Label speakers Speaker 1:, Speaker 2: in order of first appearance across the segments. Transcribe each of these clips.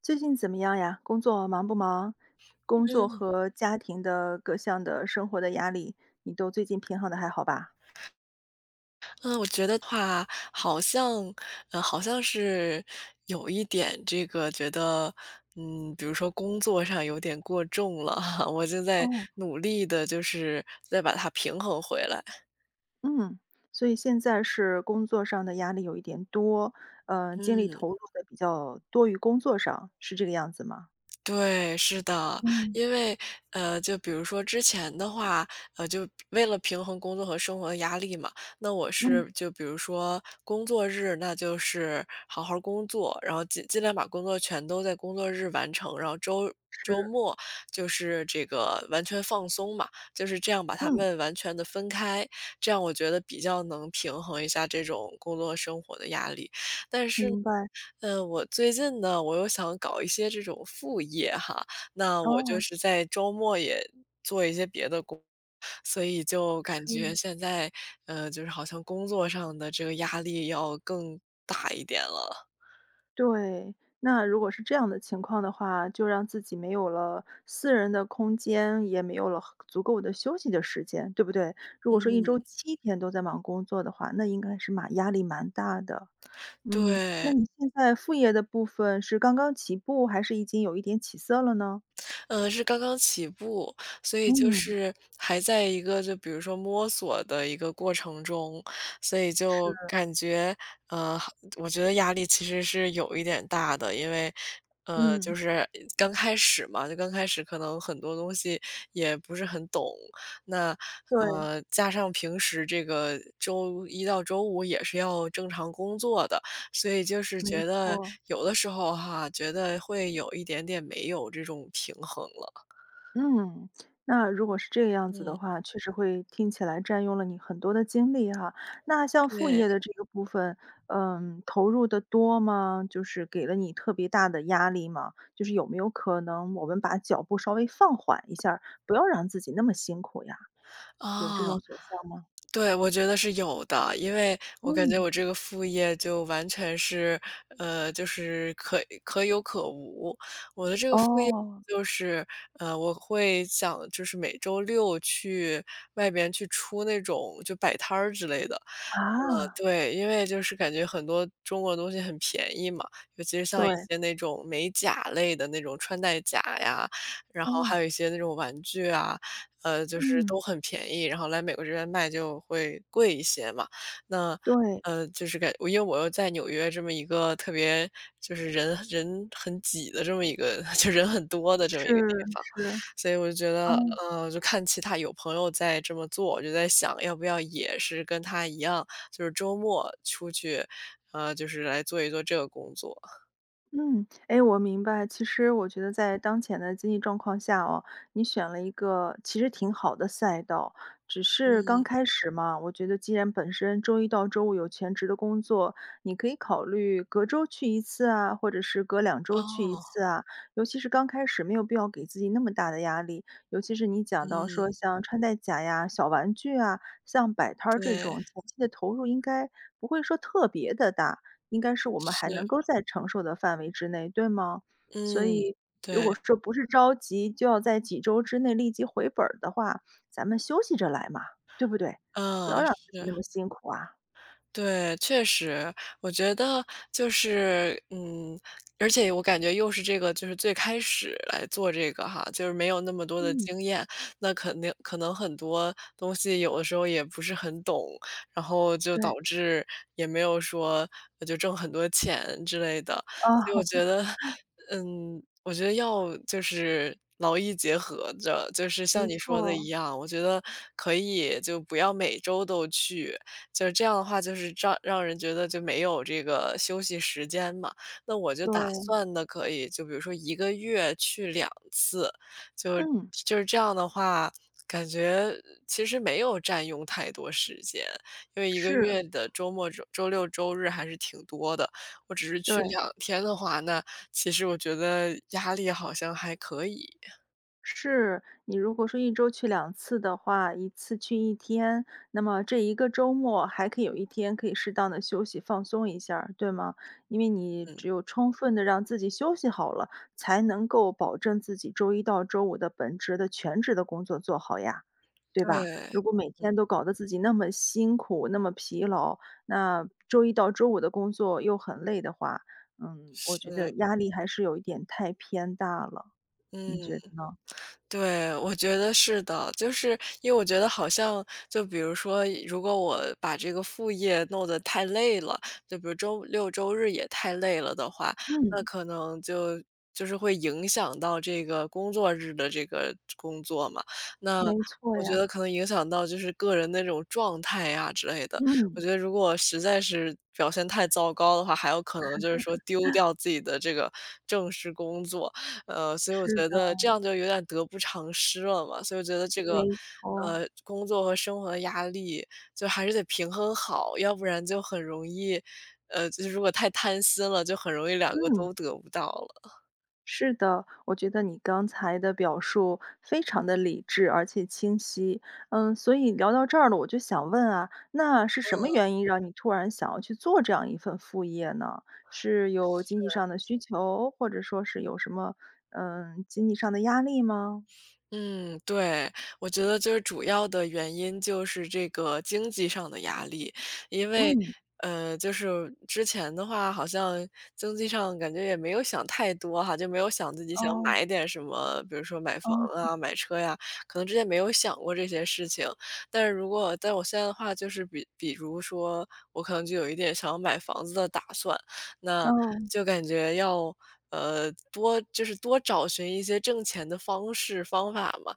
Speaker 1: 最近怎么样呀？工作忙不忙？工作
Speaker 2: 嗯，
Speaker 1: 和家庭的各项的生活的压力，你都最近平衡的还好吧？
Speaker 2: 嗯，我觉得话，好像，好像是有一点这个觉得，嗯，比如说工作上有点过重了，我就在
Speaker 1: 哦，
Speaker 2: 努力的，就是再把它平衡回来。
Speaker 1: 嗯，所以现在是工作上的压力有一点多，精力
Speaker 2: 嗯。
Speaker 1: 投入的比较多于工作上，是这个样子吗？
Speaker 2: 对，是的。
Speaker 1: 嗯
Speaker 2: 因为，就比如说之前的话，就为了平衡工作和生活的压力嘛，那我
Speaker 1: 嗯，
Speaker 2: 是就比如说工作日，那就是好好工作，然后尽量把工作全都在工作日完成，然后周周
Speaker 1: 是，
Speaker 2: 末就是这个完全放松嘛，就是这样把它
Speaker 1: 嗯，
Speaker 2: 们完全的分开，这样我觉得比较能平衡一下这种工作生活的压力。
Speaker 1: 明白。
Speaker 2: 嗯，我最近呢，我又想搞一些这种副业哈，那我就
Speaker 1: 哦，
Speaker 2: 是在周末也，所以就感
Speaker 1: 是。
Speaker 2: 觉嗯现在，就是好像工作上的这个压力要更大一点了。
Speaker 1: 对，那如果是这样的情况的话，就让自己没有了私人的空间，也没有了很足够的休息的时间，对不对？如果说一
Speaker 2: 嗯，
Speaker 1: 周七天都在忙工作的话，那应该是蛮压力蛮大的。嗯，那
Speaker 2: 对。
Speaker 1: 你现在副业的部分是刚刚起步，还是已经有一点起色了呢？
Speaker 2: 呃，是刚刚起步，所以就
Speaker 1: 嗯，
Speaker 2: 是还在一个就比如说摸索的一个过程中，所以
Speaker 1: 是，
Speaker 2: 就感觉，呃，我觉得压力其实是有一点大的，因为，就
Speaker 1: 嗯，
Speaker 2: 是刚开始嘛，就刚开始可能很多东西也不是很懂，那
Speaker 1: 对，
Speaker 2: 加上平时这个周一到周五也是要正常工作的，所以就是
Speaker 1: 没
Speaker 2: 觉得
Speaker 1: 错。
Speaker 2: 有的时候哈，觉得会有一点点没有这种平衡了。
Speaker 1: 嗯，那如果是这个样子的
Speaker 2: 嗯。
Speaker 1: 话，确实会听起来占用了你很多的精力哈。那像副
Speaker 2: 对，
Speaker 1: 业的这个部分，嗯，投入的多吗？就是给了你特别大的压力吗？就是有没有可能我们把脚步稍微放缓一下儿不要让自己那么辛苦呀？有这
Speaker 2: 啊，
Speaker 1: 种选项吗？
Speaker 2: 对，我觉得是有的，因为我感觉
Speaker 1: 嗯，
Speaker 2: 我这个副业就完全是，就是可有可无。我的副业
Speaker 1: 哦，
Speaker 2: 就是，我会想就是每周六去外边去出那种就摆摊儿之类的。
Speaker 1: 啊，
Speaker 2: 对，因为就是感觉很多中国的东西很便宜嘛，尤其是像一
Speaker 1: 对，
Speaker 2: 些那种美甲类的那种穿戴甲呀，然后
Speaker 1: 哦，
Speaker 2: 还有一些那种玩具啊，就是都
Speaker 1: 嗯，
Speaker 2: 很便宜，然后来美国这边卖就会贵一些嘛。那
Speaker 1: 对，
Speaker 2: 就是感因为我又在纽约这么一个特别就是人人很挤的这么一个 就人很多的这么一个地
Speaker 1: 是
Speaker 2: 方，
Speaker 1: 是，
Speaker 2: 所以我就觉得，
Speaker 1: 嗯。
Speaker 2: 就看其他有朋友在这么做，我就在想，要不要也是跟他一样。就是周末出去，就是来做一做这个工作。
Speaker 1: 嗯，诶，我明白。其实我觉得在当前的经济状况下哦，你选了一个其实挺好的赛道，只是刚
Speaker 2: 嗯，
Speaker 1: 开始嘛，我觉得既然本身周一到周五有全职的工作，你可以考虑隔周去一次啊，或者是隔两周去一
Speaker 2: 哦，
Speaker 1: 次啊。尤其是刚开始，没有必要给自己那么大的压力。尤其是你讲到
Speaker 2: 嗯，
Speaker 1: 说像穿戴甲呀、小玩具啊，像摆摊儿这
Speaker 2: 对，
Speaker 1: 种前期的投入应该不会说特别的大，应该是我们还能
Speaker 2: 是，
Speaker 1: 够在承受的范围之内，对吗？所
Speaker 2: 嗯，
Speaker 1: 以如果
Speaker 2: 对，
Speaker 1: 说不是着急，就要在几周之内立即回本儿的话，咱们休息着来嘛，对不对？不要
Speaker 2: 嗯，
Speaker 1: 让自己
Speaker 2: 是。
Speaker 1: 那么辛苦啊。
Speaker 2: 对，确实，我觉得就是，嗯，而且我感觉又是这个，就是最开始来做这个哈，就是没有那么多的
Speaker 1: 嗯，
Speaker 2: 经验，那肯定可能很多东西有的时候也不是很懂，然后就
Speaker 1: 对，
Speaker 2: 导致也没有说就挣很多钱之类的，所以我
Speaker 1: 啊，
Speaker 2: 觉得，嗯，我觉得要就是劳逸结合着，就是
Speaker 1: 没
Speaker 2: 像你说的
Speaker 1: 错，
Speaker 2: 一样，我觉得可以就不要每周都去，就是这样的话，就是让人觉得就没有这个休息时间嘛。那我就打
Speaker 1: 对，
Speaker 2: 算的可以就比如说一个月去两次，就
Speaker 1: 嗯，
Speaker 2: 就是这样的话，感觉其实没有占用太多时间，因为一个
Speaker 1: 是，
Speaker 2: 月的周末周六周日还是挺多的。我只是去
Speaker 1: 对。
Speaker 2: 两天的话，那其实我觉得压力好像还可以。
Speaker 1: 是，你如果说一周去两次的话一次去一天，那么这一个周末还可以有一天可以适当的休息放松一下儿对吗？因为你
Speaker 2: 嗯，
Speaker 1: 只有充分的让自己休息好了，才能够保证自己周一到周五的本职的全职的工作做好呀，对吧？
Speaker 2: 对，
Speaker 1: 如果每
Speaker 2: 嗯，
Speaker 1: 天都搞得自己那么辛苦、那么疲劳，那周一到周五的工作又很累的话，嗯，我觉得
Speaker 2: 是，
Speaker 1: 压力还是有一点太偏大了，你觉得
Speaker 2: 嗯。
Speaker 1: 呢？
Speaker 2: 对，我觉得是的，就是因为我觉得好像就比如说，如果我把这个副业弄得太累了，就比如周六周日也太累了的话，那
Speaker 1: 嗯，
Speaker 2: 可能就是会影响到这个工作日的这个工作嘛。那
Speaker 1: 没错
Speaker 2: 我觉得
Speaker 1: 呀，
Speaker 2: 可能影响到就是个人的那种状态呀之类的。我
Speaker 1: 嗯，
Speaker 2: 觉得如果实在是表现太糟糕的话，还有可能就是说丢掉自己的这个正式工作。所以我
Speaker 1: 是
Speaker 2: 觉得
Speaker 1: 的，
Speaker 2: 这样就有点得不偿失了嘛，所以我觉得这个，
Speaker 1: 没错，
Speaker 2: 工作和生活的压力就还是得平衡好，要不然就很容易，就是如果太贪心了，就很容易两个
Speaker 1: 嗯，
Speaker 2: 都得不到了。
Speaker 1: 是的。我觉得你刚才的表述非常的理智而且清晰。嗯，所以聊到这儿了，我就想问啊，那是什么原因让你突然想要去做这样一份副业呢？是有经济上的需求，或者说是有什么，嗯，经济上的压力吗？
Speaker 2: 嗯，对，我觉得就是主要的原因就是这个经济上的压力，因为，
Speaker 1: 嗯，
Speaker 2: 就是之前的话，好像经济上感觉也没有想太多哈，就没有想自己想
Speaker 1: 哦，
Speaker 2: 买点什么，比如说买房
Speaker 1: 哦，
Speaker 2: 啊、买车呀，可能之前没有想过这些事情。但是如果但我现在的话，就是比如说，我可能就有一点想要买房子的打算，那
Speaker 1: 哦，
Speaker 2: 就感觉要，多就是多找寻一些挣钱的方式方法嘛。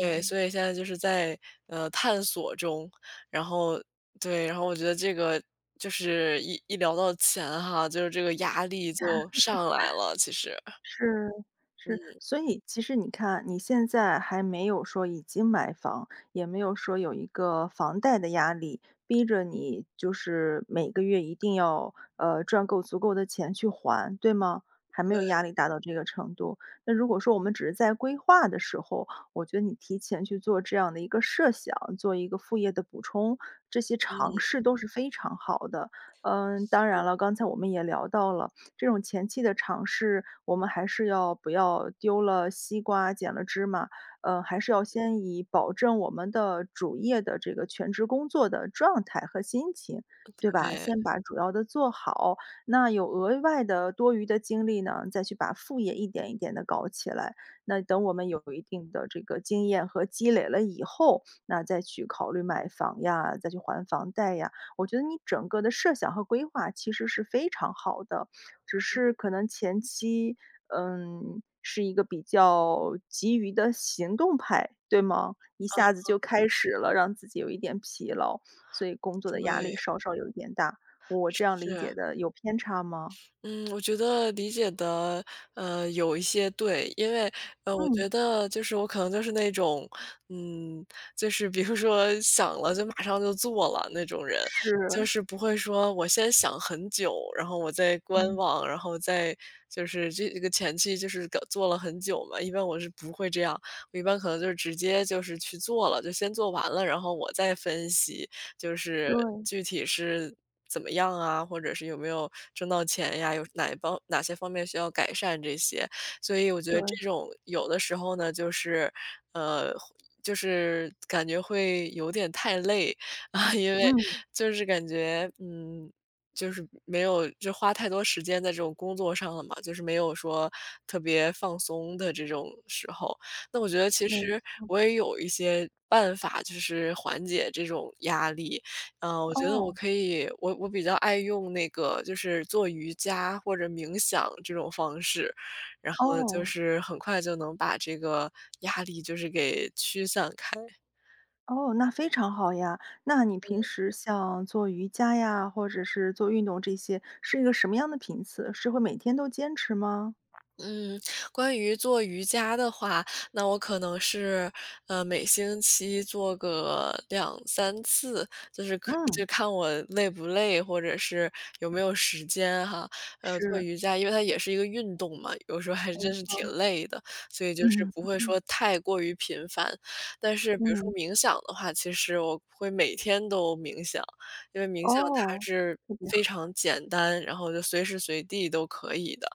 Speaker 2: 对，所以现在就是在，探索中，然后对，然后我觉得这个就是一聊到钱哈，就是这个压力就上来了，其实。
Speaker 1: 是是，所以其实你看，你现在还没有说已经买房，也没有说有一个房贷的压力，逼着你就是每个月一定要赚够足够的钱去还，对吗？还没有
Speaker 2: 对，
Speaker 1: 压力达到这个程度。那如果说我们只是在规划的时候，我觉得你提前去做这样的一个设想，做一个副业的补充，这些尝
Speaker 2: 嗯，
Speaker 1: 试都是非常好的。嗯，当然了，刚才我们也聊到了。这种前期的尝试，我们还是要不要丢了西瓜捡了芝麻，还是要先以保证我们的主业的这个全职工作的状态和心情，对吧？
Speaker 2: 对，
Speaker 1: 先把主要的做好，那有额外的多余的精力呢，再去把副业一点一点的搞起来。那等我们有一定的这个经验和积累了以后，那再去考虑买房呀，再去还房贷呀，我觉得你整个的设想和规划其实是非常好的。只是可能前期，嗯，是一个比较急于的行动派，对吗？一下子就开始了，让自己有一点疲劳，所以工作的压
Speaker 2: 对，
Speaker 1: 力稍稍有一点大。我这样理
Speaker 2: 是。
Speaker 1: 解的有偏差吗？
Speaker 2: 嗯，我觉得理解的，有一些对，因为，我
Speaker 1: 嗯，
Speaker 2: 觉得就是我可能就是那种，嗯，就是比如说想了就马上就做了那种人，
Speaker 1: 是，
Speaker 2: 就是不会说我先想很久，然后我再观
Speaker 1: 嗯，
Speaker 2: 望，然后再就是这个前期就是搞做了很久嘛，一般我是不会这样，我一般可能就是直接就是去做了，就先做完了，然后我再分析，就是
Speaker 1: 对
Speaker 2: 具体是怎么样啊，或者是有没有挣到钱呀，有哪些方面需要改善这些。所以我觉
Speaker 1: 对，
Speaker 2: 得这种有的时候呢，就是呃，就是感觉会有点太累 啊，因为
Speaker 1: 嗯，
Speaker 2: 就是感觉嗯。就是没有，就花太多时间在这种工作上了嘛，就是没有说特别放松的这种时候。那我觉得其
Speaker 1: 没
Speaker 2: 实
Speaker 1: 错。
Speaker 2: 我也有一些办法，就是缓解这种压力。嗯，我觉得我
Speaker 1: 哦
Speaker 2: 可以，我比较爱用那个就是做瑜伽或者冥想这种方式，然后就
Speaker 1: 哦
Speaker 2: 是很快就能把这个压力就是给驱散开。
Speaker 1: 哦，那非常好呀。那你平时像做瑜伽呀，或者是做运动这些，是一个什么样的频次？是会每天都坚持吗？
Speaker 2: 嗯，关于做瑜伽的话，那我可能是，每星期做个两三次，就是可
Speaker 1: 嗯，
Speaker 2: 就看我累不累，或者是有没有时间哈。做
Speaker 1: 是，
Speaker 2: 瑜伽，因为它也是一个运动嘛，有时候还
Speaker 1: 没
Speaker 2: 真是挺
Speaker 1: 错，
Speaker 2: 累的，所以就是
Speaker 1: 嗯，
Speaker 2: 不会
Speaker 1: 嗯，
Speaker 2: 说太过于频繁。但是比如说
Speaker 1: 嗯，
Speaker 2: 冥想的话，其实我会每天都冥想，因为冥想它
Speaker 1: 哦，
Speaker 2: 是
Speaker 1: 特别
Speaker 2: 非
Speaker 1: 好，
Speaker 2: 常简单，然后就随时随地都可以的。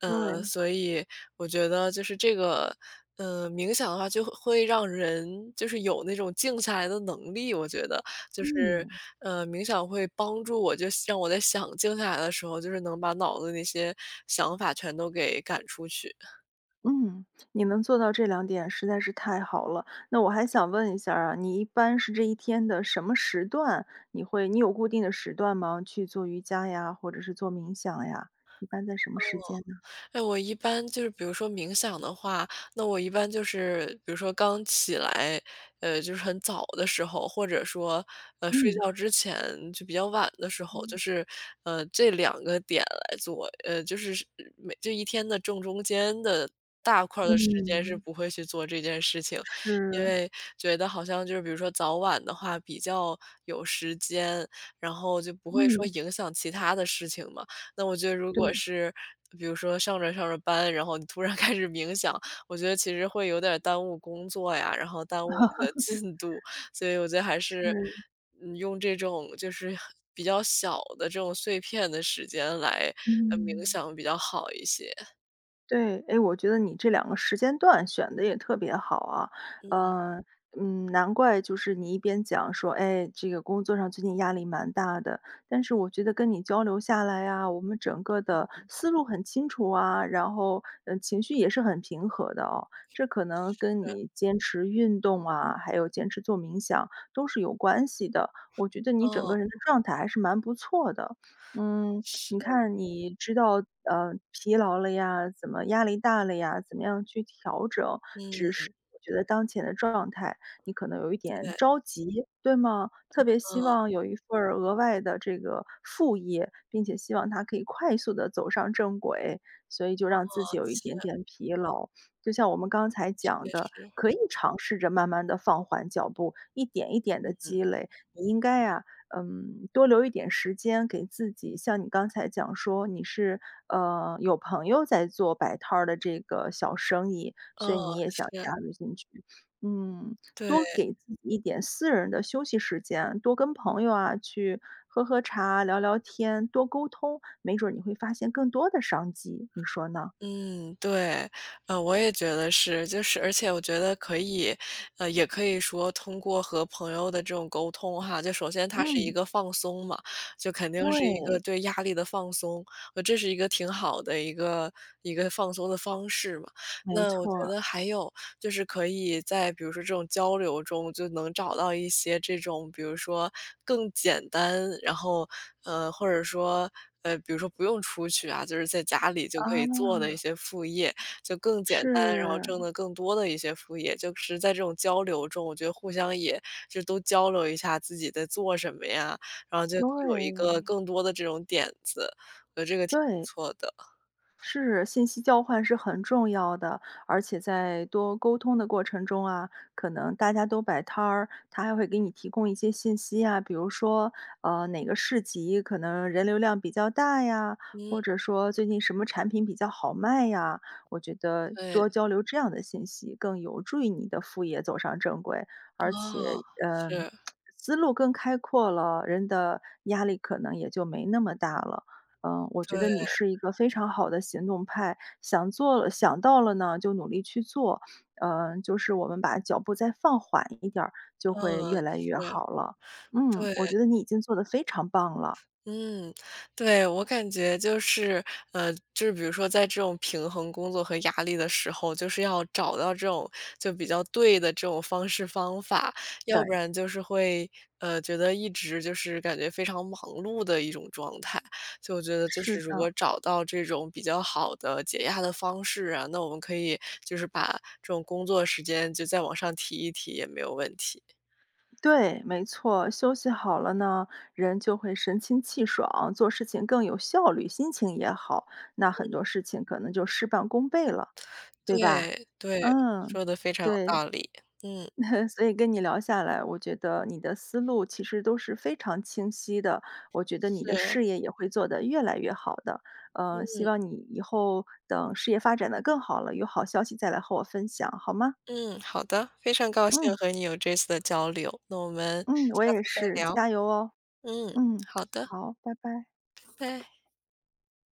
Speaker 1: 对，
Speaker 2: 所以我觉得就是这个，冥想的话就会让人就是有那种静下来的能力，我觉得就是，
Speaker 1: 嗯，
Speaker 2: 冥想会帮助我，就让我在想静下来的时候，就是能把脑子那些想法全都给赶出去。
Speaker 1: 嗯，你能做到这两点实在是太好了。那我还想问一下儿啊，你一般是这一天的什么时段，你会你有固定的时段吗？去做瑜伽呀，或者是做冥想呀，一般在什么时间
Speaker 2: 哦
Speaker 1: 呢？
Speaker 2: 哎，我一般就是比如说冥想的话，那我一般就是比如说刚起来，就是很早的时候，或者说，睡
Speaker 1: 嗯，
Speaker 2: 觉之前就比较晚的时候，就是，这两个点来做，就是是每这一天的正中间的大块儿的时间是
Speaker 1: 嗯，
Speaker 2: 不会去做这件事情，因
Speaker 1: 是，
Speaker 2: 为觉得好像就是比如说早晚的话比较有时间，然后就不会说
Speaker 1: 嗯，
Speaker 2: 影响其他的事情嘛。那我觉得如果
Speaker 1: 对，
Speaker 2: 是比如说上着班，然后你突然 开始冥想，我觉得其实会有点儿耽误工作呀，然后耽误你的 进度。所以我觉得还是，
Speaker 1: 是，
Speaker 2: 嗯，用这种就是比较小的这种碎片的时间来，冥
Speaker 1: 嗯。
Speaker 2: 想比较好一些。
Speaker 1: 对，哎，我觉得你这两个时间段选的也特别好啊，
Speaker 2: 嗯。
Speaker 1: 呃，嗯，难怪就是你一边讲说，哎，这个工作上最近压力蛮大的，但是我觉得跟你交流下来啊，我们整个的思路很清楚啊，然后嗯，情绪也是很平和的哦，这可能跟你坚持运动啊，还有坚持做冥想都是有关系的，我觉得你整个
Speaker 2: 哦，
Speaker 1: 人的状态还是蛮不错的。嗯，
Speaker 2: 是，
Speaker 1: 你看你知道，疲劳了呀，怎么压力大了呀，怎么样去调整？
Speaker 2: 嗯，
Speaker 1: 只是我觉得当前的状态，你可能有一点
Speaker 2: 对，
Speaker 1: 着急，对吗？特别希
Speaker 2: 嗯，
Speaker 1: 望有一份儿额外的这个副业，并且希望它可以快速的走上正轨，所以就让自己
Speaker 2: 哦，
Speaker 1: 有一点点疲劳。就像我们刚才
Speaker 2: 确
Speaker 1: 讲的，
Speaker 2: 实，
Speaker 1: 可以尝试着慢慢的放缓脚步，一点一点的
Speaker 2: 嗯，
Speaker 1: 积累。你应该啊，嗯，多留一点时间给自己，像你刚才讲说你是，有朋友在做摆摊儿的这个小生意，所以
Speaker 2: 哦，
Speaker 1: 你也想加
Speaker 2: 是，
Speaker 1: 入进去。嗯，多
Speaker 2: 对。
Speaker 1: 给自己一点私人的休息时间，多跟朋友啊去喝喝茶、聊聊天，多沟通，没准儿你会发现更多的商机，你说呢？
Speaker 2: 嗯，对，我也觉得是，就是而且我觉得可以，也可以说通过和朋友的这种沟通哈，就首先它是一
Speaker 1: 嗯，
Speaker 2: 个放松嘛，就肯定是一个
Speaker 1: 对，
Speaker 2: 对压力的放松，这是一个挺好的一个放松的方式嘛。
Speaker 1: 没
Speaker 2: 那我觉
Speaker 1: 错儿
Speaker 2: 得还有就是可以在比如说这种交流中，就能找到一些这种，比如说更简单，然后或者说比如说不用出去啊，就是在家里就可以
Speaker 1: 啊，
Speaker 2: 做的一些副业，就更简单，然后
Speaker 1: 是，
Speaker 2: 挣的更多的一些副业，就是在这种交流中，我觉得互相也就都交流一下自己在做什么呀，然后就有一
Speaker 1: 对，
Speaker 2: 个更多的这种点子，我觉得这个挺不
Speaker 1: 对。
Speaker 2: 错的。
Speaker 1: 是，信息交换是很重要的，而且在多沟通的过程中啊，可能大家都摆摊儿，他还会给你提供一些信息啊，比如说，哪个市集可能人流量比较大呀，
Speaker 2: 嗯，
Speaker 1: 或者说最近什么产品比较好卖呀，我觉得
Speaker 2: 对，
Speaker 1: 多交流这样的信息更有助于你的副业走上正轨，而
Speaker 2: 哦，
Speaker 1: 且，嗯、
Speaker 2: 是，
Speaker 1: 思路更开阔了，人的压力可能也就没那么大了。嗯，我觉得你
Speaker 2: 对，
Speaker 1: 是一个非常好的行动派，想做了想到了呢，就努力去做。嗯，就是我们把脚步再放缓一点儿，就会
Speaker 2: 嗯，
Speaker 1: 越来越
Speaker 2: 是。
Speaker 1: 好了。嗯，我
Speaker 2: 对，
Speaker 1: 觉得你已经做得非常棒了。
Speaker 2: 嗯，对，我感觉就是，就是比如说在这种平衡工作和压力的时候，就是要找到这种就比较对的这种方式方法，要不
Speaker 1: 对，
Speaker 2: 然就是会，觉得一直就是感觉非常忙碌的一种状态。所以我觉得就
Speaker 1: 是
Speaker 2: 是如
Speaker 1: 的，
Speaker 2: 果找到这种比较好的解压的方式啊，那我们可以就是把这种工作时间就再往上提一提也没有问题。
Speaker 1: 对，没错，休息好了呢，人就会神清气爽，做事情更有效率，心情也好，那很多事情可能就事半功倍了，对吧？
Speaker 2: 对，对，
Speaker 1: 嗯，
Speaker 2: 说的非常有
Speaker 1: 对。
Speaker 2: 道理，嗯。
Speaker 1: 所以跟你聊下来，我觉得你的思路其实都是非常清晰的，我觉得你的
Speaker 2: 是，
Speaker 1: 事业也会做得越来越好的。嗯，希
Speaker 2: 嗯
Speaker 1: 望你以后等事业发展的更好了，有好消息再来和我分享，好吗？
Speaker 2: 嗯，好的，非常高兴
Speaker 1: 嗯，
Speaker 2: 和你有这次的交流，那我们
Speaker 1: 嗯，我
Speaker 2: 下
Speaker 1: 也
Speaker 2: 次再
Speaker 1: 是，
Speaker 2: 聊。
Speaker 1: 加油哦。
Speaker 2: 嗯，
Speaker 1: 嗯，
Speaker 2: 好的，
Speaker 1: 好，拜拜。
Speaker 2: 拜。